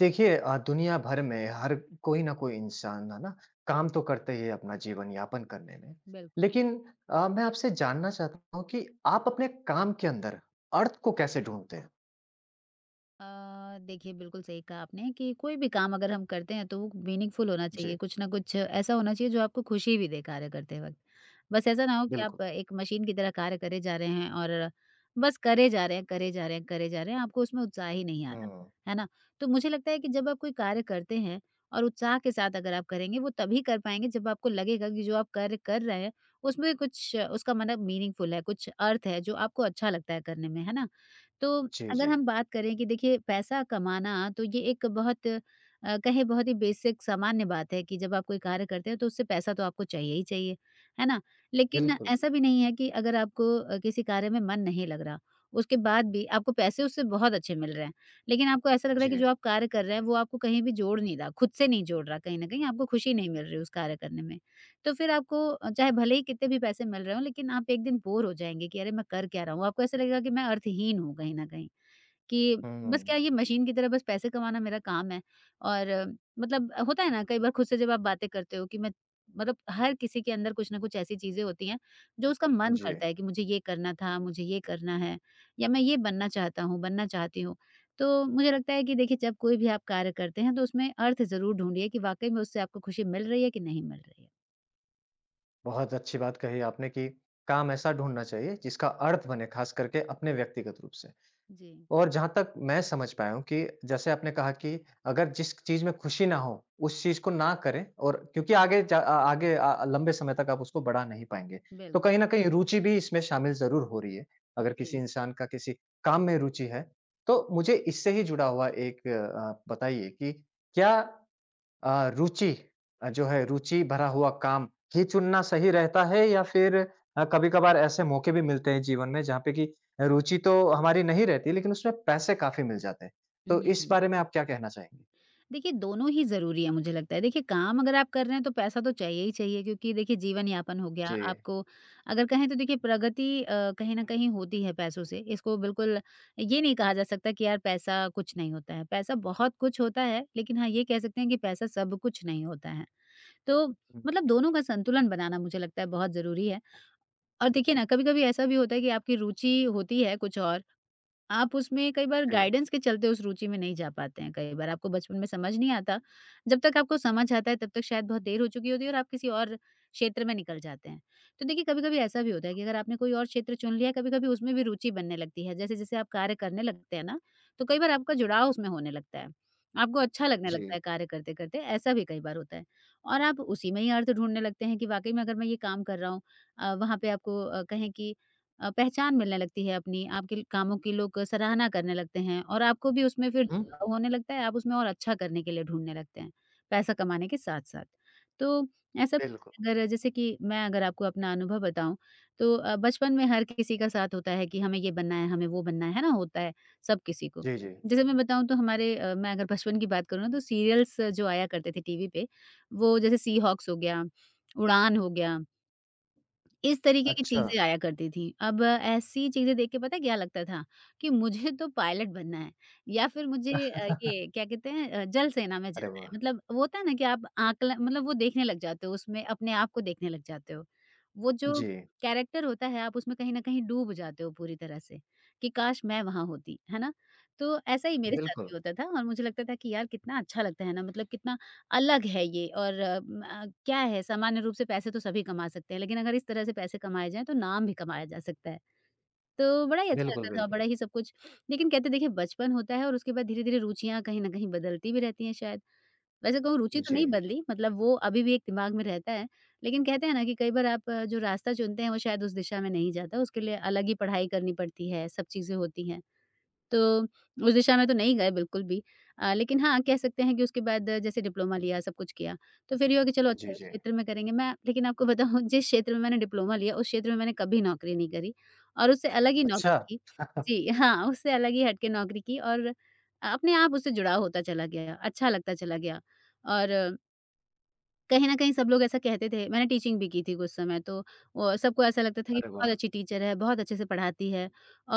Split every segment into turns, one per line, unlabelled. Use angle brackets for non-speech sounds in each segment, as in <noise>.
देखिए दुनिया भर में हर कोई ना कोई इंसान है ना काम तो करते ही है अपना जीवन यापन करने में।
बिल्कुल।
लेकिन मैं आपसे जानना चाहता हूँ कि आप अपने काम के अंदर अर्थ को कैसे ढूंढते हैं?
देखिए बिल्कुल सही कहा आपने कि कोई भी काम अगर हम करते हैं तो वो मीनिंगफुल होना
जी।
चाहिए, कुछ ना कुछ ऐसा होना चाहिए जो आपको खुशी भी दे कार्य करते वक़्त। बस ऐसा ना हो कि
बिल्कुल।
आप एक मशीन की तरह कार्य करे जा रहे हैं और बस करे जा रहे हैं, करे जा रहे हैं, करे जा रहे हैं, आपको उसमें उत्साह ही नहीं आ रहा,
हुँ।
है ना? तो मुझे लगता है कि जब आप कोई कार्य करते हैं और उत्साह के साथ अगर आप करेंगे वो तभी कर पाएँगे जब आपको लगेगा कि जो आप कार्य कर रहे हैं उसमें कुछ उसका मतलब मीनिंगफुल है, कुछ अर्थ है जो आपको अच्छा लगता है करने में, है ना? तो
जी,
अगर
जी।
हम बात करें कि देखिए पैसा कमाना तो ये एक बहुत कहे बहुत ही बेसिक सामान्य बात है कि जब आप कोई कार्य करते हैं तो उससे पैसा तो आपको चाहिए ही चाहिए, है ना? लेकिन
बिल्कुल।
ऐसा भी नहीं है कि अगर आपको किसी कार्य में मन नहीं लग रहा, उसके बाद भी आपको पैसे उससे बहुत अच्छे मिल रहे हैं, लेकिन आपको ऐसा लग रहा
जी।
है कि जो आप कार्य कर रहे हैं वो आपको कहीं भी जोड़ नहीं रहा, खुद से नहीं जोड़ रहा कहीं न कहीं, आपको खुशी नहीं मिल रही उस कार्य करने में। तो फिर आपको चाहे भले ही कितने भी पैसे मिल रहे हों लेकिन आप एक दिन बोर हो जाएँगे कि अरे मैं कर क्या रहा हूँ? आपको ऐसा लगेगा कि मैं अर्थहीन हूँ कहीं न कहीं, कि बस
हुँ।
क्या ये मशीन की तरह बस पैसे कमाना मेरा काम है और मतलब होता है ना कई बार खुद से जब आप बातें करते हो कि मैं मतलब हर किसी के अंदर कुछ न कुछ ऐसी चीज़ें होती हैं, जो उसका मन
जी।
करता है कि मुझे ये करना था, मुझे ये करना है या मैं ये बनना चाहता हूँ, बनना चाहती हूँ। तो मुझे लगता है कि देखिए जब कोई भी आप कार्य करते हैं तो उसमें अर्थ ज़रूर ढूँढिए कि वाक़ई में उससे आपको खुशी मिल रही है कि नहीं मिल रही है।
बहुत अच्छी बात कही आपने कि काम ऐसा ढूँढना चाहिए जिसका अर्थ बने, खास करके अपने व्यक्तिगत रूप से।
जी।
और जहाँ तक मैं समझ पाया हूँ कि जैसे आपने कहा कि अगर जिस चीज़ में खुशी ना हो, उस चीज़ को ना करें और क्योंकि आगे लंबे समय तक आप उसको बढ़ा नहीं पाएँगे।
बिल्कुल,
तो कहीं न कहीं रुचि भी इसमें शामिल ज़रूर हो रही है। अगर किसी
जी।
इंसान का किसी काम में रुचि है, तो मुझे इससे ही जुड़ा हुआ एक बताइए कि क्या रुचि जो है रुचि भरा हुआ काम ही चुनना सही रहता है या फिर कभी-कभार ऐसे मौके भी मिलते हैं जीवन में जहाँ पे कि रुचि तो हमारी नहीं रहती लेकिन उसमें पैसे काफ़ी मिल जाते हैं। तो इस
हुँ।
बारे में आप क्या कहना चाहेंगे?
देखिए, दोनों ही ज़रूरी है मुझे लगता है। देखिए, काम अगर आप कर रहे हैं तो पैसा तो चाहिए ही चाहिए क्योंकि देखिए जीवन यापन हो गया।
जी।
आपको अगर कहें तो देखिए प्रगति कहीं न कहीं होती है पैसों से। इसको बिल्कुल ये नहीं कहा जा सकता कि यार पैसा कुछ नहीं होता है। पैसा बहुत कुछ होता है, लेकिन हाँ, ये कह सकते हैं कि पैसा सब कुछ नहीं होता है। तो
हुँ,
मतलब दोनों का संतुलन बनाना मुझे लगता है बहुत ज़रूरी है। और देखिए ना, कभी-कभी ऐसा भी होता है कि आपकी रुचि होती है कुछ और आप उसमें कई बार
जी,
गाइडेंस के चलते उस रुचि में नहीं जा पाते हैं, कई बार आपको बचपन में समझ नहीं आता। जब तक आपको समझ आता है तब तक शायद बहुत देर हो चुकी होती है और आप किसी और क्षेत्र में निकल जाते हैं। तो देखिए कभी-कभी ऐसा भी होता है कि अगर आपने कोई और क्षेत्र चुन लिया, कभी-कभी उसमें भी रुचि बनने लगती है। जैसे-जैसे आप कार्य करने लगते हैं ना, तो कई बार आपका जुड़ाव उसमें होने लगता है। आपको अच्छा लगने लगता
जी।
है कार्य करते-करते, ऐसा भी कई बार होता है। और आप उसी में ही अर्थ ढूँढने लगते हैं कि वाक़ई में अगर मैं ये काम कर रहा हूँ वहाँ पे आपको कहें कि पहचान मिलने लगती है अपनी, आपके कामों की लोग सराहना करने लगते हैं और आपको भी उसमें फिर
हुँ,
होने लगता है, आप उसमें और अच्छा करने के लिए ढूँढने लगते हैं, पैसा कमाने के साथ-साथ। तो ऐसा
बिल्कुल।
अगर जैसे कि मैं अगर आपको अपना अनुभव बताऊँ, तो बचपन में हर किसी का साथ होता है कि हमें ये बनना है, हमें वो बनना है ना? होता है सब किसी को।
जी, जी।
जैसे मैं बताऊँ तो हमारे मैं अगर बचपन की बात करूँ ना तो सीरियल्स जो आया करते थे टीवी पे, वो जैसे सीहॉक्स हो गया, उड़ान हो गया। इस तरीके की
अच्छा।
चीज़ें आया करती थी। अब ऐसी चीज़ें देख के पता है क्या लगता था कि मुझे तो पायलट बनना है या फिर मुझे ये क्या कहते हैं जल सेना में
अरे
जाना है।
वाह!
मतलब वो होता है ना कि आप आकलन मतलब वो देखने लग जाते हो उसमें अपने आप को देखने लग जाते हो। वो जो
जी,
कैरेक्टर होता है आप उसमें कहीं न कहीं डूब जाते हो पूरी तरह से कि काश मैं वहाँ होती, है ना? तो ऐसा ही मेरे साथ
बिल्कुल,
भी होता था और मुझे लगता था कि यार कितना अच्छा लगता है ना मतलब कितना अलग है ये और क्या है सामान्य रूप से पैसे तो सभी कमा सकते हैं, लेकिन अगर इस तरह से पैसे कमाए जाएँ तो नाम भी कमाया जा सकता है। तो बड़ा ही अच्छा
बिल्कुल,
लगता था,
बिल्कुल।
बड़ा ही सब कुछ लेकिन कहते देखिए बचपन होता है और उसके बाद धीरे-धीरे रुचियाँ कहीं न कहीं बदलती भी रहती हैं शायद। वैसे कहूँ रुचि तो
जी,
नहीं बदली मतलब वो अभी भी एक दिमाग में रहता है, लेकिन कहते हैं ना कि कई बार आप जो रास्ता चुनते हैं वो शायद उस दिशा में नहीं जाता, उसके लिए अलग ही पढ़ाई करनी पड़ती है, सब चीज़ें होती हैं। तो उस दिशा में तो नहीं गए बिल्कुल भी। लेकिन हाँ, कह सकते हैं कि उसके बाद जैसे डिप्लोमा लिया, सब कुछ किया, तो फिर ये हुआ कि चलो
जी,
अच्छा इस
जी।
क्षेत्र में करेंगे। मैं लेकिन आपको बताऊँ <laughs> जिस क्षेत्र में मैंने डिप्लोमा लिया, उस क्षेत्र में मैंने कभी नौकरी नहीं करी और उससे अलग ही
अच्छा।
नौकरी की जी हाँ, उससे अलग ही हट के नौकरी की और अपने आप उससे जुड़ाव होता चला गया, अच्छा लगता चला गया और कहीं न कहीं सब लोग ऐसा कहते थे, मैंने टीचिंग भी की थी कुछ समय तो सबको ऐसा लगता था कि
अरे
बहुत
वाह!
अच्छी टीचर है, बहुत अच्छे से पढ़ाती है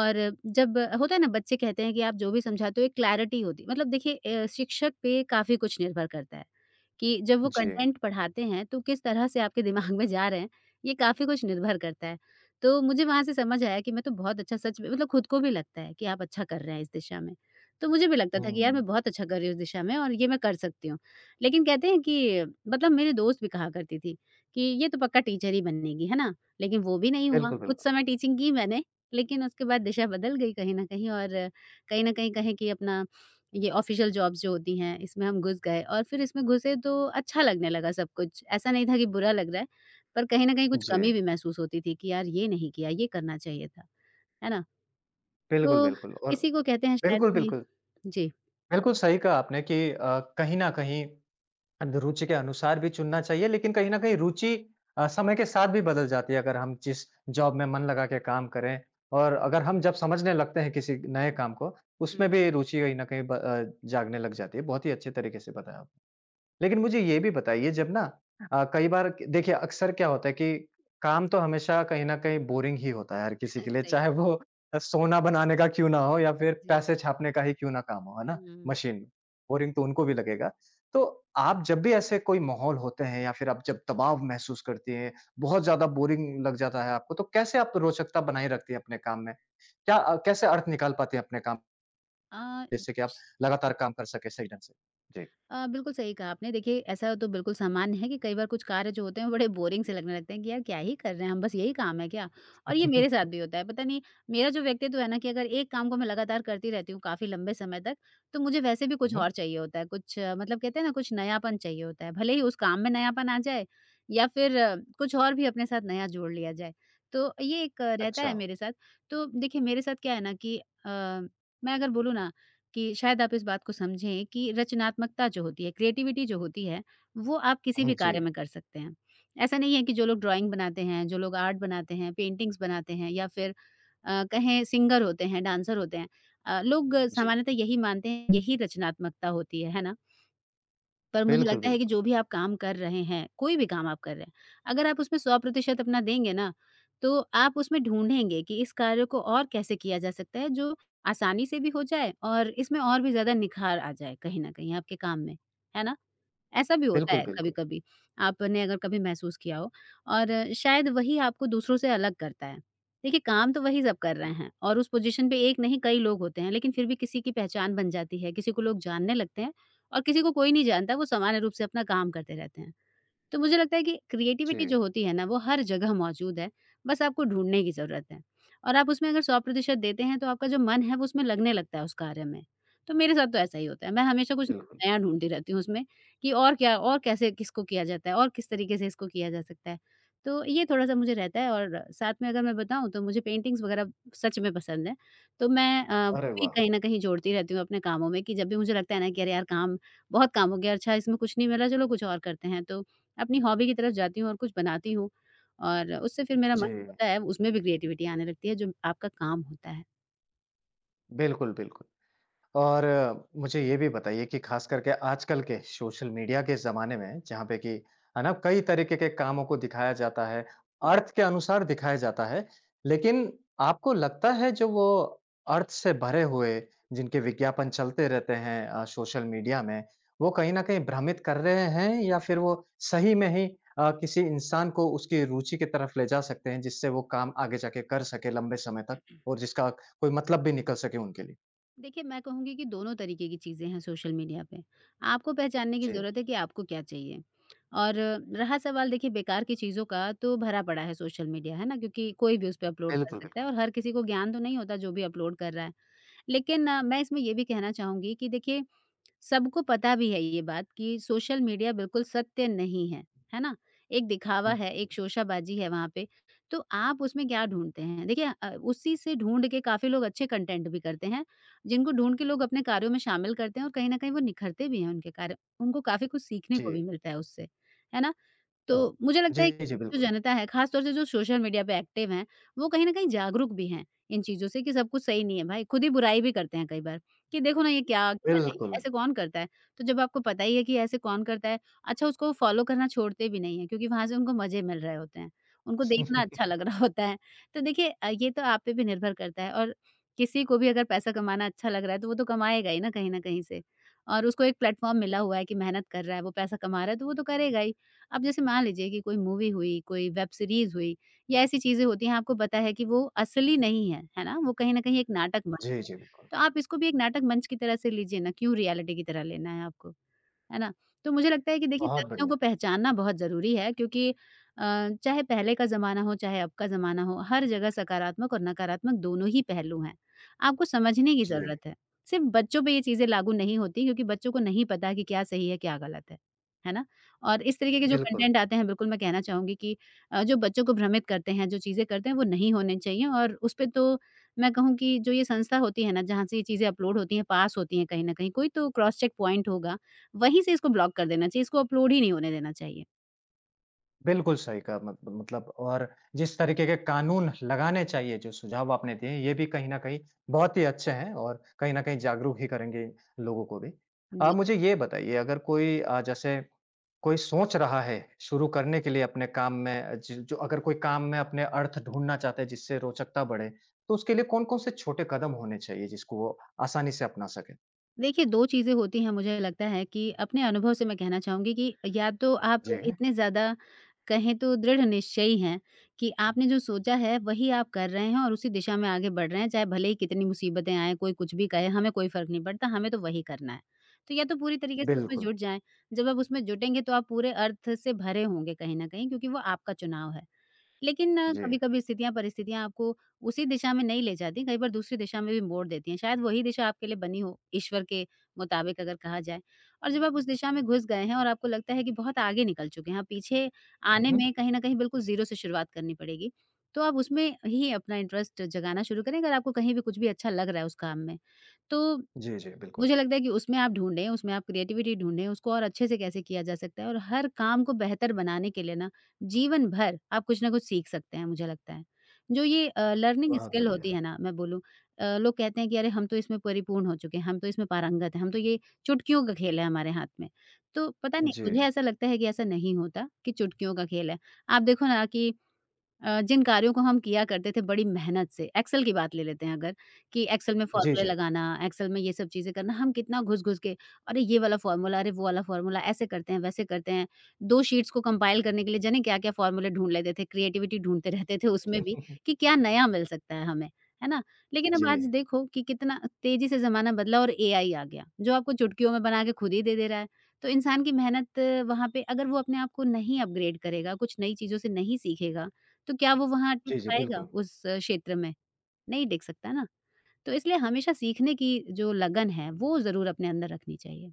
और जब होता है ना बच्चे कहते हैं कि आप जो भी समझाते हो एक क्लैरिटी होती है मतलब देखिए शिक्षक पे काफ़ी कुछ निर्भर करता है। कि जब वो
जी।
कंटेंट पढ़ाते हैं तो किस तरह से आपके दिमाग में जा रहे हैं, ये काफ़ी कुछ निर्भर करता है। तो मुझे वहाँ से समझ आया कि मैं तो बहुत अच्छा सच में मतलब खुद को भी लगता है कि आप अच्छा कर रहे हैं इस दिशा में। तो मुझे भी लगता था कि यार
हुँ,
मैं बहुत अच्छा कर रही हूँ इस दिशा में और ये मैं कर सकती हूँ। लेकिन कहते हैं कि मतलब मेरी दोस्त भी कहा करती थी कि ये तो पक्का टीचर ही बनेगी, है ना? लेकिन वो भी नहीं हुआ।
बिल्कुल,
कुछ
बिल्कुल।
समय टीचिंग की मैंने, लेकिन उसके बाद दिशा बदल गई कहीं न कहीं और कहीं न कहीं कहें कि अपना ये ऑफिशियल जॉब्स जो होती हैं, इसमें हम घुस गए और फिर इसमें घुसे तो अच्छा लगने लगा सब कुछ। ऐसा नहीं था कि बुरा लग रहा है, पर कहीं न कहीं कुछ
जी,
कमी भी महसूस होती थी कि यार ये नहीं किया, ये करना चाहिए था। है ना? तो
बिल्कुल, बिल्कुल। और
इसी को कहते हैं शायद
बिल्कुल,
कि
बिल्कुल।
जी।
बिल्कुल सही कहा आपने कि कहीं न कहीं अन रुचि के अनुसार भी चुनना चाहिए, लेकिन कहीं न कहीं रुचि समय के साथ भी बदल जाती है अगर हम जिस जॉब में मन लगा के काम करें और अगर हम जब समझने लगते हैं किसी नए काम को,
हुँ।
उसमें भी रुचि कहीं न कहीं जागने लग जाती है। बहुत ही अच्छे तरीके से बताया आपने। लेकिन मुझे ये भी बताइए जब ना कई बार देखिए अक्सर क्या होता है कि काम तो हमेशा कहीं न कहीं बोरिंग ही होता है हर किसी के
<laughs>
लिए,
सही
चाहे वो सोना बनाने का क्यों ना हो या फिर पैसे
जी।
छापने का ही क्यों ना काम हो, है ना?
हुँ।
मशीन, में बोरिंग तो उनको भी लगेगा। तो आप जब भी ऐसे कोई माहौल होते हैं या फिर आप जब दबाव महसूस करती हैं, बहुत ज़्यादा बोरिंग लग जाता है आपको, तो कैसे आप रोचकता बनाए रखती हैं अपने काम में? क्या कैसे अर्थ निकाल पाती हैं अपने काम
अ,
जिससे कि
श
आप लगातार काम कर सकें सही ढंग से? जी।
बिल्कुल सही कहा आपने। देखिए, ऐसा तो बिल्कुल सामान्य है कि कई बार कुछ कार्य जो होते हैं, वो बड़े बोरिंग से लगने लगते हैं कि यार क्या ही कर रहे हैं हम, बस यही काम है क्या? और ये
<laughs> हुँ,
मेरे साथ
हुँ।
भी होता है। पता नहीं मेरा जो व्यक्तित्व है ना कि अगर एक काम को मैं लगातार करती रहती हूँ काफ़ी लंबे समय तक, तो मुझे वैसे भी
हुँ,
कुछ
हुँ।
और चाहिए होता है। मतलब कहते हैं ना कुछ नयापन चाहिए होता है। भले ही उस काम में नयापन आ जाए या फिर कुछ और भी अपने साथ नया जोड़ लिया जाए। तो ये एक रहता
अच्छा।
है मेरे साथ। तो देखिए मेरे साथ क्या है ना कि अ, मैं अगर बोलूँ ना कि शायद आप इस बात को समझें कि रचनात्मकता जो होती है, क्रिएटिविटी जो होती है, वो आप किसी
हुँ,
भी कार्य
जी,
में कर सकते हैं। ऐसा नहीं है कि जो लोग ड्राइंग बनाते हैं, जो लोग आर्ट बनाते हैं, पेंटिंग्स बनाते हैं या फिर कहें सिंगर होते हैं, डांसर होते हैं। लोग
जी।
सामान्यतः यही मानते हैं, यही रचनात्मकता होती है ना? पर मुझे
बिल्कुल,
लगता है कि
बिल्कुल।
जो भी आप काम कर रहे हैं, कोई भी काम आप कर रहे हैं, अगर आप उसमें 100% अपना देंगे ना, तो आप उसमें ढूँढेंगे कि इस कार्य को और कैसे किया जा सकता है जो आसानी से भी हो जाए और इसमें और भी ज़्यादा निखार आ जाए कहीं न कहीं आपके काम में। है ना? ऐसा भी होता
बिल्कुल,
है
बिल्कुल।
कभी-कभी। आपने अगर कभी महसूस किया हो और शायद वही आपको दूसरों से अलग करता है। देखिए, काम तो वही सब कर
हुँ,
रहे हैं और उस पोज़ीशन पे एक नहीं कई लोग होते हैं, लेकिन फिर भी किसी की पहचान बन जाती है, किसी को लोग जानने लगते हैं और किसी को कोई नहीं जानता, वो सामान्य रूप से अपना काम करते रहते हैं। तो मुझे लगता है कि
जी,
क्रिएटिविटी जो होती है ना, वो हर जगह मौजूद है, बस आपको ढूँढने की ज़रूरत है। और आप उसमें अगर 100% देते हैं, तो आपका जो मन है, वो उसमें लगने लगता है उस कार्य में। तो मेरे साथ तो ऐसा ही होता है। मैं हमेशा कुछ
बिल्कुल।
नया ढूँढती रहती हूँ उसमें कि और क्या और कैसे किसको किया जाता है और किस तरीके से इसको किया जा सकता है। तो ये थोड़ा-सा मुझे रहता है और साथ में अगर मैं बताऊँ, तो मुझे पेंटिंग्स वग़ैरह सच में पसंद है। तो मैं वो
अरे
भी
वाह!
कहीं न कहीं जोड़ती रहती हूँ अपने कामों में कि जब भी मुझे लगता है ना कि अरे यार! काम बहुत काम हो गया, अच्छा इसमें कुछ नहीं मिला, चलो कुछ और करते हैं। तो अपनी हॉबी की तरफ जाती हूँ और कुछ बनाती हूँ और उससे फिर मेरा मन
जी,
होता है उसमें भी क्रिएटिविटी आने लगती है जो आपका काम होता है।
बिल्कुल, बिल्कुल। और मुझे ये भी बताइए कि खास करके आजकल के सोशल मीडिया के ज़माने में जहाँ पे कि है ना कई तरीके के कामों को दिखाया जाता है, अर्थ के अनुसार दिखाया जाता है। लेकिन आपको लगता है जो वो अर्थ से भरे हुए जिनके विज्ञापन चलते रहते हैं सोशल मीडिया में, वो कहीं न कहीं भ्रमित कर रहे हैं या फिर वो सही में ही किसी इंसान को उसकी रुचि की तरफ ले जा सकते हैं जिससे वो काम आगे जाके कर सके लंबे समय तक और जिसका कोई मतलब भी निकल सके उनके लिए?
देखिए, मैं कहूँगी कि दोनों तरीके की चीज़ें हैं सोशल मीडिया पे। आपको पहचानने की
जी।
ज़रूरत है कि आपको क्या चाहिए। और रहा सवाल देखिए बेकार की चीज़ों का तो भरा पड़ा है सोशल मीडिया, है ना? क्योंकि कोई भी उस पे अपलोड कर
बिल्कुल,
सकता है
बिल्कुल।
और हर किसी को ज्ञान तो नहीं होता जो भी अपलोड कर रहा है। लेकिन मैं इसमें ये भी कहना चाहूँगी कि देखिए सबको पता भी है ये बात कि सोशल मीडिया बिल्कुल सत्य नहीं है, है ना? एक दिखावा
हुँ,
है,
हुँ।
एक शोशाबाजी है वहाँ पे। तो आप उसमें क्या ढूँढते हैं? देखिए उसी से ढूँढ के काफ़ी लोग अच्छे कंटेंट भी करते हैं, जिनको ढूँढ के लोग अपने कार्यों में शामिल करते हैं और कहीं न कहीं वो निखरते भी हैं उनके कार्य। उनको काफ़ी कुछ सीखने
जी।
को भी मिलता है उससे, है ना? तो मुझे लगता है
जी, जी,
कि जो
बिल्कुल।
जनता है, खास तौर से जो सोशल मीडिया पे एक्टिव हैं, वो कहीं न कहीं जागरूक भी हैं इन चीज़ों से कि सब कुछ सही नहीं है भाई। खुद ही बुराई भी करते हैं कई बार कि देखो ना ये क्या क्या है ये?
बिल्कुल।
ऐसे कौन करता है? तो जब आपको पता ही है कि ऐसे कौन करता है, अच्छा उसको फॉलो करना छोड़ते भी नहीं हैं क्योंकि वहाँ से उनको मज़े मिल रहे होते हैं। उनको देखना अच्छा
<laughs>
लग रहा <laughs> होता है। तो देखिए ये तो आप पे भी निर्भर करता है और किसी को भी अगर पैसा कमाना अच्छा लग रहा है, तो वो तो कमाएगा ही ना कहीं न कहीं से और उसको एक प्लेटफ़ॉर्म मिला हुआ है कि मेहनत कर रहा है, वो पैसा कमा रहा है, तो वो तो करेगा ही। अब जैसे मान लीजिए कि कोई मूवी हुई, कोई वेब सीरीज़ हुई या ऐसी चीज़ें होती हैं आपको पता है कि वो असली नहीं है, है ना? वो कहीं न कहीं एक नाटक मंच
जी,
है।
जी, बिल्कुल।
तो आप इसको भी एक नाटक मंच की तरह से लीजिए ना, क्यों रियलिटी की तरह लेना है आपको? है ना? तो मुझे लगता है कि देखिए
बहुत
तथ्यों
बढ़िया।
को पहचानना बहुत ज़रूरी है क्योंकि चाहे पहले का ज़माना हो, चाहे अब का ज़माना हो, हर जगह सकारात्मक और नकारात्मक दोनों ही पहलू हैं। आपको समझने की
जी,
ज़रूरत है। सिर्फ़ बच्चों पे ये चीज़ें लागू नहीं होती क्योंकि बच्चों को नहीं पता कि क्या सही है, क्या गलत है। है ना? और इस तरीके के जो
बिल्कुल।
कंटेंट आते हैं बिल्कुल मैं कहना चाहूँगी कि जो बच्चों को भ्रमित करते हैं, जो चीज़ें करते हैं वो नहीं होने चाहिए और उस पे तो मैं कहूँ कि जो ये संस्था होती है ना, जहाँ से ये चीज़ें अपलोड होती हैं, पास होती हैं कहीं न कहीं, कोई तो क्रॉस चेक पॉइंट होगा वहीं से इसको ब्लॉक कर देना चाहिए, इसको अपलोड ही नहीं होने देना चाहिए।
बिल्कुल सही कहा मत मतलब और जिस तरीके के कानून लगाने चाहिए, जो सुझाव आपने दिए, ये भी कहीं न कहीं बहुत ही अच्छे हैं और कहीं न कहीं जागरूक ही करेंगे लोगों को भी।
जी।
मुझे ये बताइए अगर कोई जैसे कोई सोच रहा है शुरू करने के लिए अपने काम में ज जो अगर कोई काम में अपने अर्थ ढूँढना चाहता है जिससे रोचकता बढ़े, तो उसके लिए कौन-कौन से छोटे कदम होने चाहिए जिसको वो आसानी से अपना सके?
देखिए 2 चीज़ें होती हैं मुझे लगता है कि अपने अनुभव से मैं कहना चाहूँगी कि या तो आप
जी,
इतने ज़्यादा कहें तो दृढ़ निश्चयी हैं कि आपने जो सोचा है वही आप कर रहे हैं और उसी दिशा में आगे बढ़ रहे हैं, चाहे भले ही कितनी मुसीबतें आएँ, कोई कुछ भी कहे, हमें कोई फ़र्क नहीं पड़ता, हमें तो वही करना है। तो या तो पूरी तरीके से उसमें
बिल्कुल।
जुट जाएँ, जब आप उसमें जुटेंगे तो आप पूरे अर्थ से भरे होंगे कहीं न कहीं क्योंकि वो आपका चुनाव है। लेकिन
जी।
कभी-कभी स्थितियाँ, परिस्थितियाँ आपको उसी दिशा में नहीं ले जाती, कई बार दूसरी दिशा में भी मोड़ देती हैं। शायद वही दिशा आपके लिए बनी हो, ईश्वर के मुताबिक अगर कहा जाए। और जब आप उस दिशा में घुस गए हैं और आपको लगता है कि बहुत आगे निकल चुके हैं, अब पीछे
हुँ,
आने
हुँ।
में कहीं न कहीं बिल्कुल ज़ीरो से शुरुआत करनी पड़ेगी, तो आप उसमें ही अपना इंटरेस्ट जगाना शुरू करें, अगर आपको कहीं भी कुछ भी अच्छा लग रहा है उस काम में। तो
जी, जी, बिल्कुल।
मुझे लगता है कि उसमें आप ढूँढें, उसमें आप क्रिएटिविटी ढूँढें, उसको और अच्छे से कैसे किया जा सकता है और हर काम को बेहतर बनाने के लिए ना, जीवन भर आप कुछ ना कुछ सीख सकते हैं, मुझे लगता है। जो ये लर्निंग
बहुत
स्किल होती
बढ़िया।
है ना, मैं बोलूँ लोग कहते हैं कि अरे! हम तो इसमें परिपूर्ण हो चुके हैं, हम तो इसमें पारंगत हैं, हम तो ये चुटकियों का खेल है हमारे हाथ में। तो पता नहीं,
जी।
मुझे ऐसा लगता है कि ऐसा नहीं होता कि चुटकियों का खेल है। आप देखो ना कि जिन कार्यों को हम किया करते थे बड़ी मेहनत से, एक्सेल की बात ले लेते हैं अगर, कि एक्सेल में
जी,
फॉर्मूले
जी।
लगाना, एक्सेल में ये सब चीज़ें करना, हम कितना घुस-घुस के, अरे! ये वाला फॉर्मूला, अरे! वो वाला फॉर्मूला, ऐसे करते हैं, वैसे करते हैं। 2 शीट्स को कंपाइल करने के लिए जाने क्या-क्या फॉर्मूले ढूँढ लेते थे, क्रिएटिविटी ढूँढते रहते थे उसमें भी, कि क्या नया मिल सकता है हमें, है ना? लेकिन
जी।
अब आज देखो कि कितना तेज़ी से ज़माना बदला और एआई आ गया, जो आपको चुटकियों में बना के खुद ही दे दे रहा है। तो इंसान की मेहनत वहाँ पे अगर वो अपने आप को नहीं अपग्रेड करेगा, कुछ नई चीज़ों से नहीं सीखेगा, तो क्या वो वहाँ टिक
जी, जी,
पाएगा
बिल्कुल।
उस क्षेत्र में? नहीं टिक सकता ना। तो इसलिए हमेशा सीखने की जो लगन है, वो ज़रूर अपने अंदर रखनी चाहिए।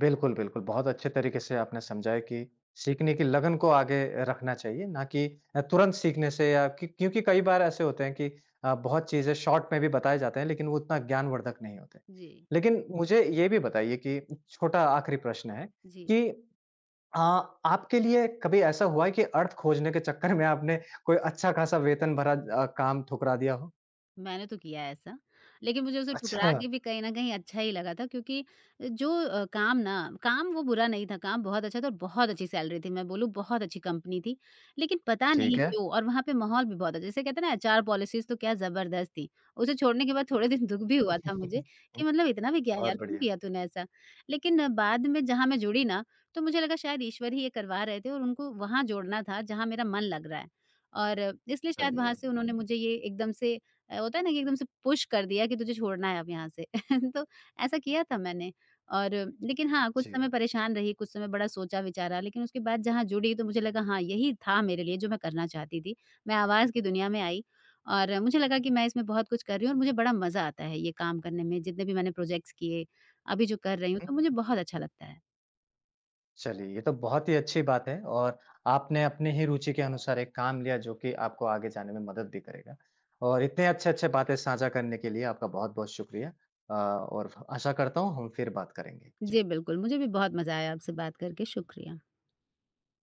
बिल्कुल, बिल्कुल। बहुत अच्छे तरीके से आपने समझाया कि सीखने की लगन को आगे रखना चाहिए, ना कि तुरंत सीखने से या क्यों क्योंकि कई बार ऐसे होते हैं कि बहुत चीज़ें शॉर्ट में भी बताए जाते हैं, लेकिन वो उतना ज्ञानवर्धक नहीं होते।
जी,
लेकिन मुझे ये भी बताइए कि छोटा आखिरी प्रश्न है
जी।
कि अ, आपके लिए कभी ऐसा हुआ है कि अर्थ खोजने के चक्कर में आपने कोई अच्छा-खासा वेतन भरा काम ठुकरा दिया हो?
मैंने तो किया है ऐसा, लेकिन मुझे उसे ठुकरा
अच्छा,
के भी कहीं न कहीं अच्छा ही लगा था क्योंकि जो काम वो बुरा नहीं था, काम बहुत अच्छा था और बहुत अच्छी सैलरी थी, मैं बोलूँ बहुत अच्छी कंपनी थी। लेकिन पता
ठीक
नहीं
है।
क्यों और वहाँ पे माहौल भी बहुत अच्छा जैसे कहते हैं ना एचआर पॉलिसीज़ तो क्या ज़बरदस्त थी। उसे छोड़ने के बाद थोड़े दिन दुःख भी
<laughs>
हुआ था
हुँ,
मुझे
हुँ।
कि मतलब इतना भी क्या
बहुत
यार, क्यों
बढ़िया,
किया तूने ऐसा? लेकिन बाद में जहाँ मैं जुड़ी ना, तो मुझे लगा शायद ईश्वर ही ये करवा रहे थे और उनको वहाँ जोड़ना था जहाँ मेरा मन लग रहा है। और इसलिए शायद
चलिए।
वहाँ से उन्होंने
हुँ,
मुझे ये एकदम से होता है ना कि एकदम से पुश कर दिया कि तुझे छोड़ना है अब यहाँ से <laughs> तो ऐसा किया था मैंने और लेकिन हाँ कुछ
जी।
समय परेशान रही कुछ समय बड़ा सोचा विचारा लेकिन उसके बाद जहाँ जुड़ी तो मुझे लगा हाँ यही था मेरे लिए जो मैं करना चाहती थी। मैं आवाज़ की दुनिया में आई और मुझे लगा कि मैं इसमें बहुत कुछ कर रही हूँ और मुझे बड़ा मज़ा आता है ये काम करने में जितने भी मैंने प्रोजेक्ट्स किए अभी जो कर रही हूँ तो मुझे बहुत अच्छा लगता है।
चलिए, ये तो बहुत ही अच्छी बात है और आपने अपनी ही रुचि के अनुसार एक काम लिया जो कि आपको आगे जाने में मदद भी करेगा। और इतने अच्छे-अच्छे बातें साझा करने के लिए आपका बहुत-बहुत शुक्रिया। और आशा करता हूँ हम फिर बात करेंगे। जी।
जी बिल्कुल मुझे भी बहुत मज़ा आया आपसे बात करके शुक्रिया।